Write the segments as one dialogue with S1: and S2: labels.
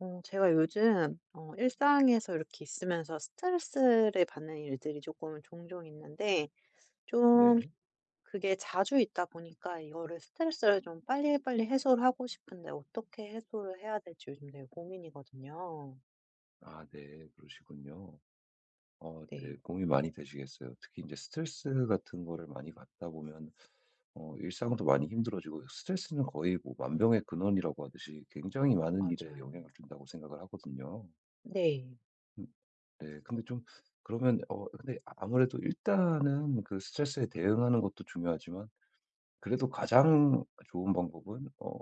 S1: 제가 요즘 일상에서 이렇게 있으면서 스트레스를 받는 일들이 조금 종종 있는데, 좀
S2: 네.
S1: 그게 자주 있다 보니까 이거를 스트레스를 좀 빨리빨리 해소를 하고 싶은데, 어떻게 해소를 해야 될지 요즘 되게 고민이거든요.
S2: 아 네. 그러시군요. 네.
S1: 네,
S2: 고민 많이 되시겠어요. 특히 이제 스트레스 같은 거를 많이 받다 보면 일상도 많이 힘들어지고, 스트레스는 거의 뭐 만병의 근원이라고 하듯이 굉장히 많은 일에
S1: 맞아요.
S2: 영향을 준다고 생각을 하거든요.
S1: 네,
S2: 음 네. 근데 좀 그러면 근데 아무래도 일단은 그 스트레스에 대응하는 것도 중요하지만, 그래도 가장 좋은 방법은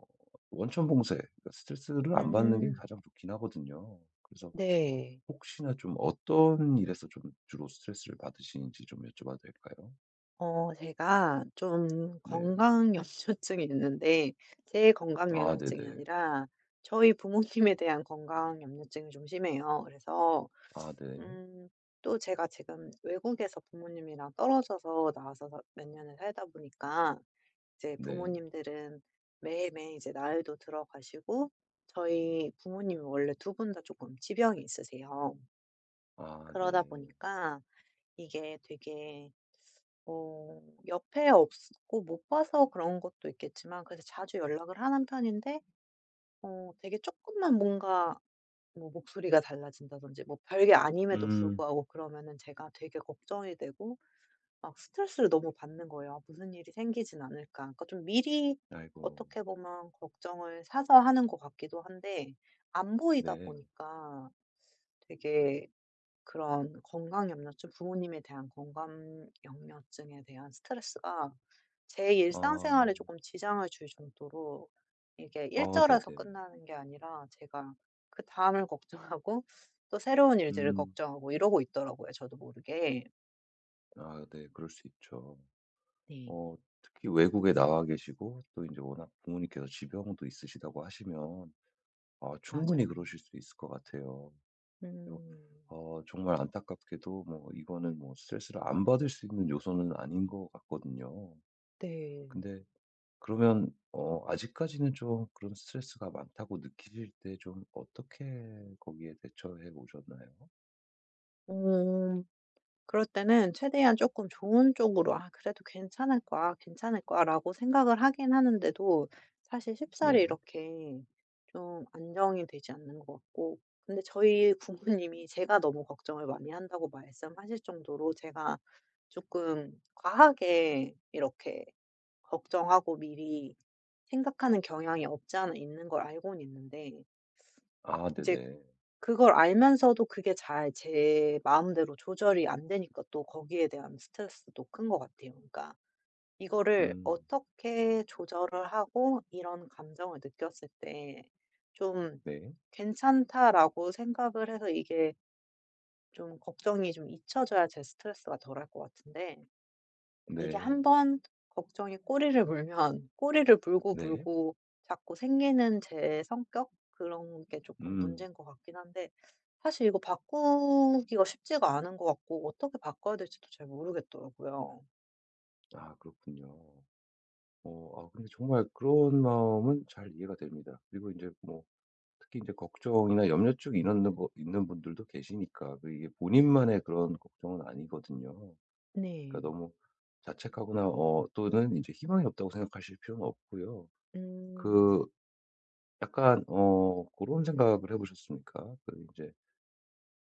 S2: 원천 봉쇄, 그러니까 스트레스를 안 받는 게
S1: 음,
S2: 가장 좋긴 하거든요. 그래서
S1: 네.
S2: 혹시나 좀 어떤 일에서 좀 주로 스트레스를 받으시는지 좀 여쭤봐도 될까요?
S1: 제가 좀
S2: 네.
S1: 건강염려증이 있는데, 제
S2: 아
S1: 건강염려증이
S2: 네네.
S1: 아니라 저희 부모님에 대한 건강염려증이 좀 심해요. 그래서,
S2: 아 네.
S1: 음, 또 제가 지금 외국에서 부모님이랑 떨어져서 나와서 몇 년을 살다 보니까, 이제
S2: 네.
S1: 부모님들은 매일매일 이제 나이도 들어가시고, 저희 부모님이 원래 두 분 다 조금 지병이 있으세요.
S2: 아
S1: 그러다
S2: 네.
S1: 보니까 이게 되게 어 옆에 없고 못 봐서 그런 것도 있겠지만 그래서 자주 연락을 하는 편인데 되게 조금만 뭔가 뭐 목소리가 달라진다든지 뭐 별게 아님에도
S2: 음.
S1: 불구하고 그러면은 제가 되게 걱정이 되고 막 스트레스를 너무 받는 거예요. '무슨 일이 생기진 않을까.' 그러니까 좀 미리
S2: 아이고.
S1: 어떻게 보면 걱정을 사서 하는 것 같기도 한데 안 보이다
S2: 네.
S1: 보니까 되게 그런 건강 염려증, 부모님에 대한 건강 염려증에 대한 스트레스가 제
S2: 아.
S1: 일상생활에 조금 지장을 줄 정도로 이게
S2: 어
S1: 일절에서
S2: 네네.
S1: 끝나는 게 아니라 제가 그다음을 걱정하고 또 새로운 일들을
S2: 음.
S1: 걱정하고 이러고 있더라고요, 저도 모르게.
S2: 아 네. 그럴 수 있죠.
S1: 네.
S2: 어 특히 외국에 나와 계시고, 또 이제 워낙 부모님께서 지병도 있으시다고 하시면 아 충분히
S1: 맞아요.
S2: 그러실 수 있을 것 같아요. 그리고
S1: 음.
S2: 어 정말 안타깝게도 뭐 이거는 뭐 스트레스를 안 받을 수 있는 요소는 아닌 것 같거든요.
S1: 네.
S2: 근데 그러면 아직까지는 좀 그런 스트레스가 많다고 느끼실 때 좀 어떻게 거기에 대처해 오셨나요?
S1: 어. 그럴 때는 최대한 조금 좋은 쪽으로 '아 그래도 괜찮을 거야, 괜찮을 거야.'라고 생각을 하긴 하는데도 사실 쉽사리
S2: 네.
S1: 이렇게 좀 안정이 되지 않는 것 같고 근데 저희 부모님이 제가 너무 걱정을 많이 한다고 말씀하실 정도로 제가 조금 과하게 이렇게 걱정하고 미리 생각하는 경향이 없지 않아 있는 걸 알고는 있는데
S2: 아
S1: 이제
S2: 네네.
S1: 그걸 알면서도 그게 잘 제 마음대로 조절이 안 되니까 또 거기에 대한 스트레스도 큰 것 같아요. 그러니까 이거를
S2: 음.
S1: 어떻게 조절을 하고 이런 감정을 느꼈을 때 좀
S2: 네.
S1: '괜찮다.'라고 생각을 해서 이게 좀 걱정이 좀 잊혀져야 제 스트레스가 덜할 것 같은데 이게
S2: 네.
S1: 한 번 걱정이 꼬리를 물면 꼬리를 물고
S2: 네.
S1: 물고 자꾸 생기는 제 성격 그런 게 조금
S2: 음.
S1: 문제인 것 같긴 한데 사실 이거 바꾸기가 쉽지가 않은 것 같고 어떻게 바꿔야 될지도 잘 모르겠더라고요.
S2: 아 그렇군요. 아 근데 정말 그런 마음은 잘 이해가 됩니다. 그리고 이제뭐 특히 이제 걱정이나 염려증이 있는 분 있는 분들도 계시니까, 그 이게 본인만의 그런 걱정은 아니거든요.
S1: 네.
S2: 그러니까 너무 자책하거나 또는 이제 희망이 없다고 생각하실 필요는 없고요. 그
S1: 음.
S2: 약간 어런 생각을 해 보셨습니까? 그제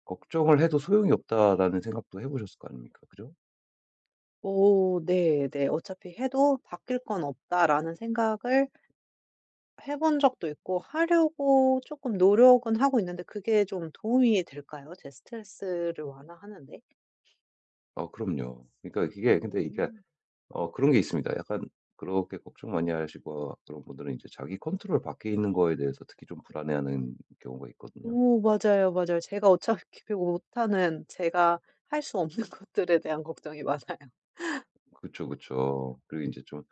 S2: '걱정을 해도 소용이 없다.'라는 생각도 해 보셨을 거 아닙니까? 그죠?
S1: 오 네네. '어차피 해도 바뀔 건 없다.'라는 생각을 해본 적도 있고 하려고 조금 노력은 하고 있는데 그게 좀 도움이 될까요? 제 스트레스를 완화하는 데?
S2: 그럼요. 그러니까 그게 근데 이게
S1: 음.
S2: 그런 게 있습니다. 약간 그렇게 걱정 많이 하시고 그런 분들은 이제 자기 컨트롤 밖에 있는 거에 대해서 특히 좀 불안해하는 경우가 있거든요.
S1: 오 맞아요, 맞아요. 제가 어차피 못하는 제가 할 수 없는 것들에 대한 걱정이 많아요.
S2: 그쵸, 그쵸. 그리고 이제 좀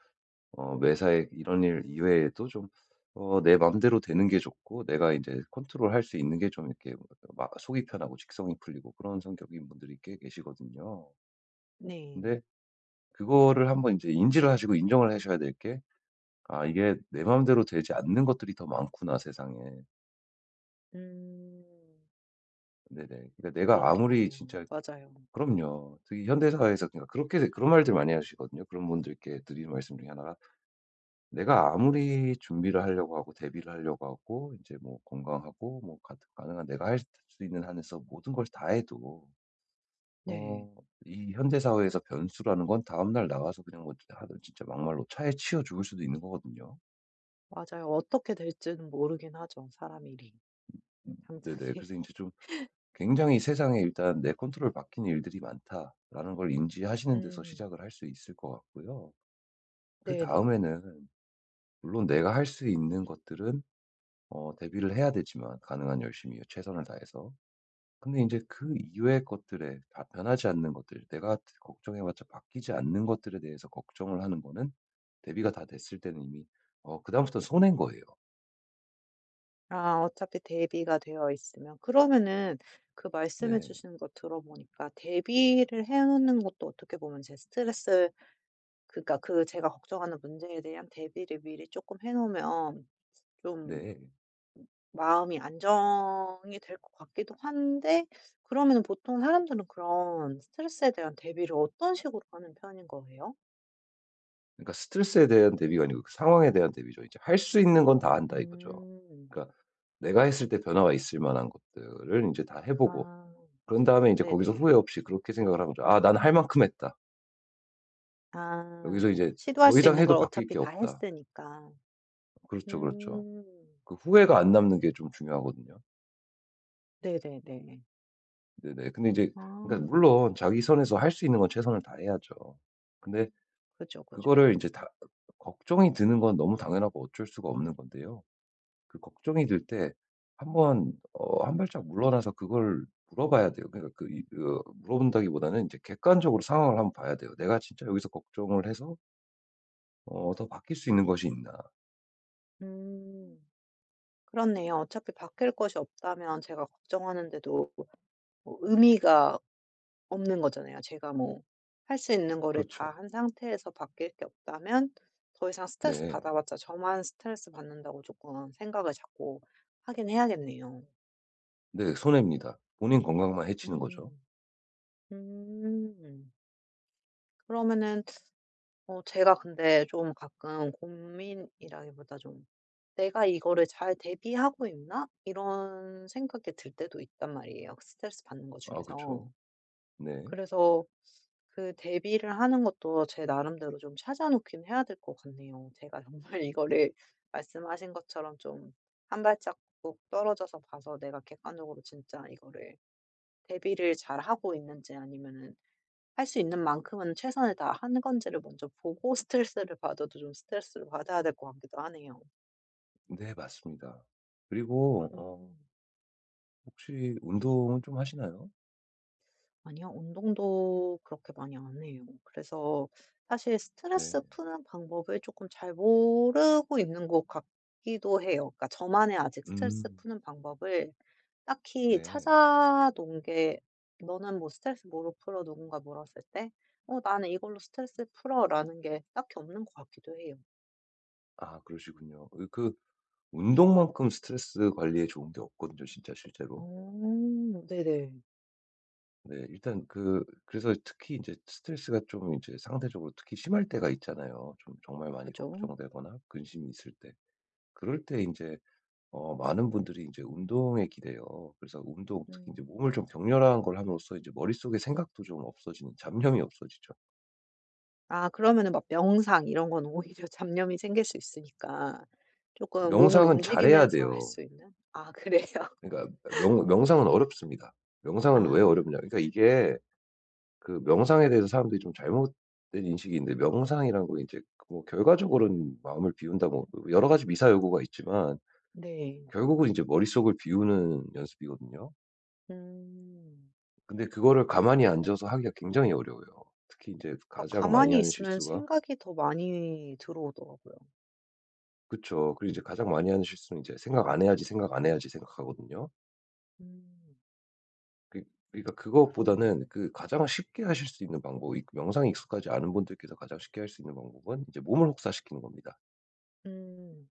S2: 매사에 이런 일 이외에도 좀 내 맘대로 되는 게 좋고, 내가 이제 컨트롤할 수 있는 게 좀 이렇게 막 속이 편하고 직성이 풀리고 그런 성격인 분들이 꽤 계시거든요.
S1: 네.
S2: 근데 그거를 한번 이제 인지를 하시고 인정을 하셔야 될 게 '아 이게 내 맘대로 되지 않는 것들이 더 많구나, 세상에.'
S1: 음.
S2: 네네. 그러니까 내가 아무리
S1: 그렇겠네요.
S2: 진짜
S1: 맞아요.
S2: 그럼요. 특히 현대 사회에서, 그러니까 그렇게 그런 말들 많이 하시거든요. 그런 분들께 드리는 말씀 중에 하나가, 내가 아무리 준비를 하려고 하고 대비를 하려고 하고 이제 뭐 건강하고 뭐 가 가능한 내가 할 수 있는 한에서 모든 걸 다 해도
S1: 네.
S2: 어 이 현대 사회에서 변수라는 건 다음 날 나가서 그냥 뭐 아 진짜 막말로 차에 치여 죽을 수도 있는 거거든요.
S1: 맞아요. 어떻게 될지는 모르긴 하죠, 사람 일이
S2: 음 네네.
S1: 당장에.
S2: 그래서 이제 좀 굉장히 세상에 일단 '내 컨트롤 바뀐 일들이 많다.'라는 걸 인지하시는 데서
S1: 음.
S2: 시작을 할 수 있을 것 같고요.
S1: 네네.
S2: 그다음에는 물론 내가 할 수 있는 것들은 대비를 해야 되지만 가능한 열심히 최선을 다해서. 근데 이제 그
S1: 음.
S2: 이외의 것들에, 다 변하지 않는 것들 내가 걱정해봤자 바뀌지 않는 것들에 대해서 걱정을 하는 거는 대비가 다 됐을 때는 이미 그다음부터는 손해인 거예요.
S1: 아 어차피 대비가 되어 있으면. 그러면은 그 말씀해
S2: 네.
S1: 주시는 거 들어보니까 대비를 해 놓는 것도 어떻게 보면 제 스트레스 그러니까 그 제가 걱정하는 문제에 대한 대비를 미리 조금 해 놓으면 좀
S2: 네.
S1: 마음이 안정이 될 것 같기도 한데 그러면은 보통 사람들은 그런 스트레스에 대한 대비를 어떤 식으로 하는 편인 거예요?
S2: 그러니까 스트레스에 대한 대비가 아니고 그 상황에 대한 대비죠. 이제 '할 수 있는 건 다 한다.' 이거죠.
S1: 음.
S2: 그러니까 내가 했을 때 변화가 있을 만한 것들을 이제 다 해 보고,
S1: 아
S2: 그런 다음에 이제 거기서
S1: 네네.
S2: 후회 없이 그렇게 생각을 하고 거죠. '아 난 할 만큼 했다.
S1: 아
S2: 여기서 이제
S1: 시도할
S2: 더
S1: 수
S2: 이상
S1: 있는
S2: 해도
S1: 걸
S2: 바뀔
S1: 어차피
S2: 게
S1: 다
S2: 없다.'
S1: 했으니까.
S2: 그렇죠, 그렇죠.
S1: 음.
S2: 그 후회가 안 남는 게 좀 중요하거든요.
S1: 네네네.
S2: 네네. 근데 이제
S1: 아
S2: 그러니까 물론 자기 선에서 할 수 있는 건 최선을 다해야죠. 근데
S1: 그죠, 그죠.
S2: 그거를 인제 다 걱정이 드는 건 너무 당연하고 어쩔 수가 없는 건데요. 그 걱정이 들 때 한번 한 발짝 물러나서 그걸 물어봐야 돼요. 그러니까 그 이 물어본다기보다는 이제 객관적으로 상황을 한번 봐야 돼요. '내가 진짜 여기서 걱정을 해서 더 바뀔 수 있는 것이 있나?'
S1: 음. 그렇네요. 어차피 바뀔 것이 없다면 제가 걱정하는데도 뭐 의미가 없는 거잖아요. 제가 뭐 할 수 있는 거를 다
S2: 그렇죠.
S1: 한 상태에서 바뀔 게 없다면 더 이상 스트레스
S2: 네.
S1: 받아봤자 저만 스트레스 받는다고 조금 생각을 자꾸 하긴 해야겠네요.
S2: 네. 손해입니다. 본인 건강만 해치는 거죠.
S1: 음. 음. 그러면은 제가 근데 좀 가끔 고민이라기보다 좀 '내가 이거를 잘 대비하고 있나?' 이런 생각이 들 때도 있단 말이에요, 스트레스 받는 것
S2: 아 그쵸.
S1: 중에서.
S2: 네.
S1: 그래서 그 대비를 하는 것도 제 나름대로 좀 찾아 놓긴 해야 될 것 같네요. 제가 정말 이거를 말씀하신 것처럼 좀 한 발짝국 떨어져서 봐서 내가 객관적으로 진짜 이거를 대비를 잘하고 있는지 아니면은 할 수 있는 만큼은 최선을 다하는 건지를 먼저 보고 스트레스를 받아도 좀 스트레스를 받아야 될 것 같기도 하네요.
S2: 네 맞습니다. 그리고
S1: 음.
S2: 혹시 운동은 좀 하시나요?
S1: 아니요. 운동도 그렇게 많이 안 해요. 그래서 사실
S2: 네.
S1: 스트레스 푸는 방법을 조금 잘 모르고 있는 것 같기도 해요. 그러니까 저만의 아직 스트레스
S2: 음.
S1: 푸는 방법을 딱히
S2: 네.
S1: 찾아 놓은 게 "너는 뭐 스트레스 뭐로 풀어?" 누군가 물었을 때 "어 나는 이걸로 스트레스 풀어."라는 게 딱히 없는 것 같기도 해요.
S2: 아 그러시군요. 그 운동만큼 스트레스 관리에 좋은 게 없거든요, 진짜 실제로.
S1: 어 네네.
S2: 네. 일단 그래서 특히 이제 스트레스가 좀 이제 상대적으로 특히 심할 때가 있잖아요. 좀 정말 많이
S1: 그죠.
S2: 걱정되거나 근심이 있을 때. 그럴 때 이제 많은 분들이 이제 운동에 기대요. 그래서 운동, 특히 이제 몸을 좀
S1: 음.
S2: 격렬한 걸 함으로써 이제 머릿속에 생각도 좀 없어지는, 잡념이 없어지죠.
S1: 아 그러면은 막 명상 이런 건 오히려 잡념이 생길 수 있으니까 조금 몸을
S2: 명상은 잘해야
S1: 움직이면서 할
S2: 돼요.
S1: 수 있는? 아 그래요?
S2: 그러니까 명 명상은 어렵습니다. 명상은 왜
S1: 아
S2: 어렵냐. 그러니까 이게 그 명상에 대해서 사람들이 좀 잘못된 인식이 있는데, 명상이란 건 이제 뭐 결과적으로는 마음을 비운다, 뭐 여러 가지 미사여구가 있지만
S1: 네.
S2: 결국은 이제 머릿속을 비우는 연습이거든요.
S1: 음.
S2: 근데 그거를 가만히 앉아서 하기가 굉장히 어려워요. 특히 이제
S1: 그러니까
S2: 가장 많이
S1: 가만히
S2: 하는
S1: 있으면
S2: 실수가
S1: 생각이 더 많이 들어오더라고요.
S2: 그쵸. 그리고 이제 가장 많이 하는 실수는 이제 '생각 안 해야지, 생각 안 해야지.' 생각하거든요.
S1: 음
S2: 그 그러니까 그것보다는
S1: 그렇네요.
S2: 그 가장 쉽게 하실 수 있는 방법, 이 명상에 익숙하지 않은 분들께서 가장 쉽게 할 수 있는 방법은 이제 몸을 혹사시키는 겁니다.
S1: 음.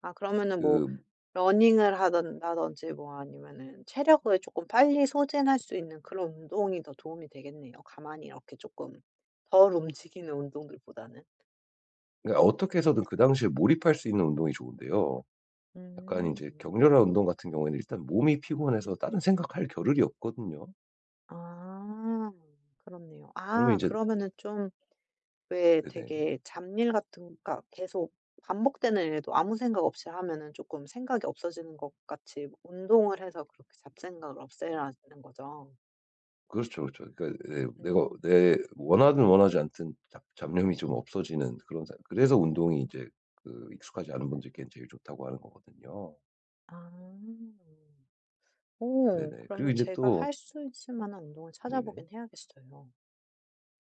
S1: 아 그러면은 뭐
S2: 그
S1: 러닝을 하든다든지 뭐 아니면은 체력을 조금 빨리 소진할 수 있는 그런 운동이 더 도움이 되겠네요. 가만히 이렇게 조금 덜 움직이는 운동들보다는.
S2: 그러니까 어떻게 해서든 그 당시에 몰입할 수 있는 운동이 좋은데요. 약간 이
S1: 음.
S2: 제 격렬한 운동 같은 경우에는 일단 몸이 피곤해서 다른 생각할 겨를이 없거든요.
S1: 아 그렇네요.
S2: 그러면 이
S1: 아
S2: 제
S1: 그러면은 좀 왜
S2: 네네.
S1: 되게 잡일 같은 그니까 계속 반복되는 일도 아무 생각 없이 하면은 조금 생각이 없어지는 것 같이 운동을 해서 그렇게 잡생각을 없애라는 거죠?
S2: 그렇죠, 그렇죠. 그러니까 네 내가,
S1: 음.
S2: 내 원하든 원하지 않든 잡 잡념이 좀 없어지는 그런 사- 그래서 운동이 이제 그 익숙하지 않은 분들께는 제일 좋다고 하는 거거든요.
S1: 아. 오
S2: 네네. 그리고
S1: 그러면
S2: 이제
S1: 제가
S2: 또
S1: 할 수 있을 만한 운동을
S2: 네네.
S1: 찾아보긴 해야겠어요.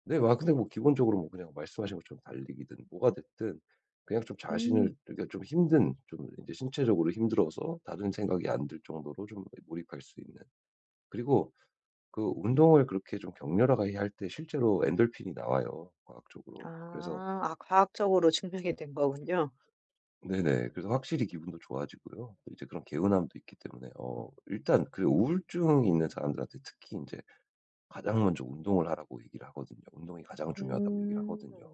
S2: 네. 와, 근데 뭐 기본적으로 뭐 그냥 말씀하신 것처럼 달리기든 뭐가 됐든 그냥 좀 자신을,
S1: 음.
S2: 그러니까 좀 힘든, 좀 이제 신체적으로 힘들어서 다른 생각이 안 들 정도로 좀 몰입할 수 있는. 그리고 그 운동을 그렇게 좀 격렬하게 할 때 실제로 엔돌핀이 나와요,
S1: 아.
S2: 과학적으로. 그래서
S1: 아 과학적으로 증명이 된 거군요.
S2: 네네. 그래서 확실히 기분도 좋아지고요. 또 이제 그런 개운함도 있기 때문에 일단 그 우울증이 있는 사람들한테 특히 이제 가장 먼저 운동을 하라고 얘기를 하거든요. 운동이 가장 중요하다고 얘기를
S1: 음.
S2: 하거든요.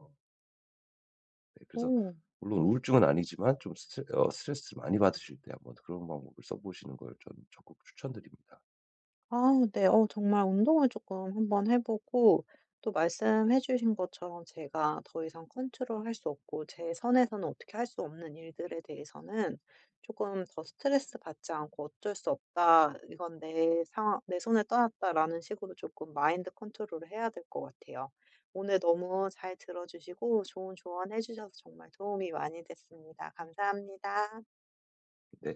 S2: 네, 그래서
S1: 오.
S2: 물론 우울증은 아니지만 좀 스트레스를 많이 받으실 때 한번 그런 방법을 써 보시는 걸 저는 적극 추천드립니다.
S1: 아 네. 어 정말 운동을 조금 한번 해 보고 또 말씀해 주신 것처럼 제가 더 이상 컨트롤할 수 없고 제 선에서는 어떻게 할 수 없는 일들에 대해서는 조금 더 스트레스 받지 않고 '어쩔 수 없다. 이건 내 상황 내 손을 떠났다.'라는 식으로 조금 마인드 컨트롤을 해야 될 것 같아요. 오늘 너무 잘 들어 주시고 좋은 조언해 주셔서 정말 도움이 많이 됐습니다. 감사합니다.
S2: 네.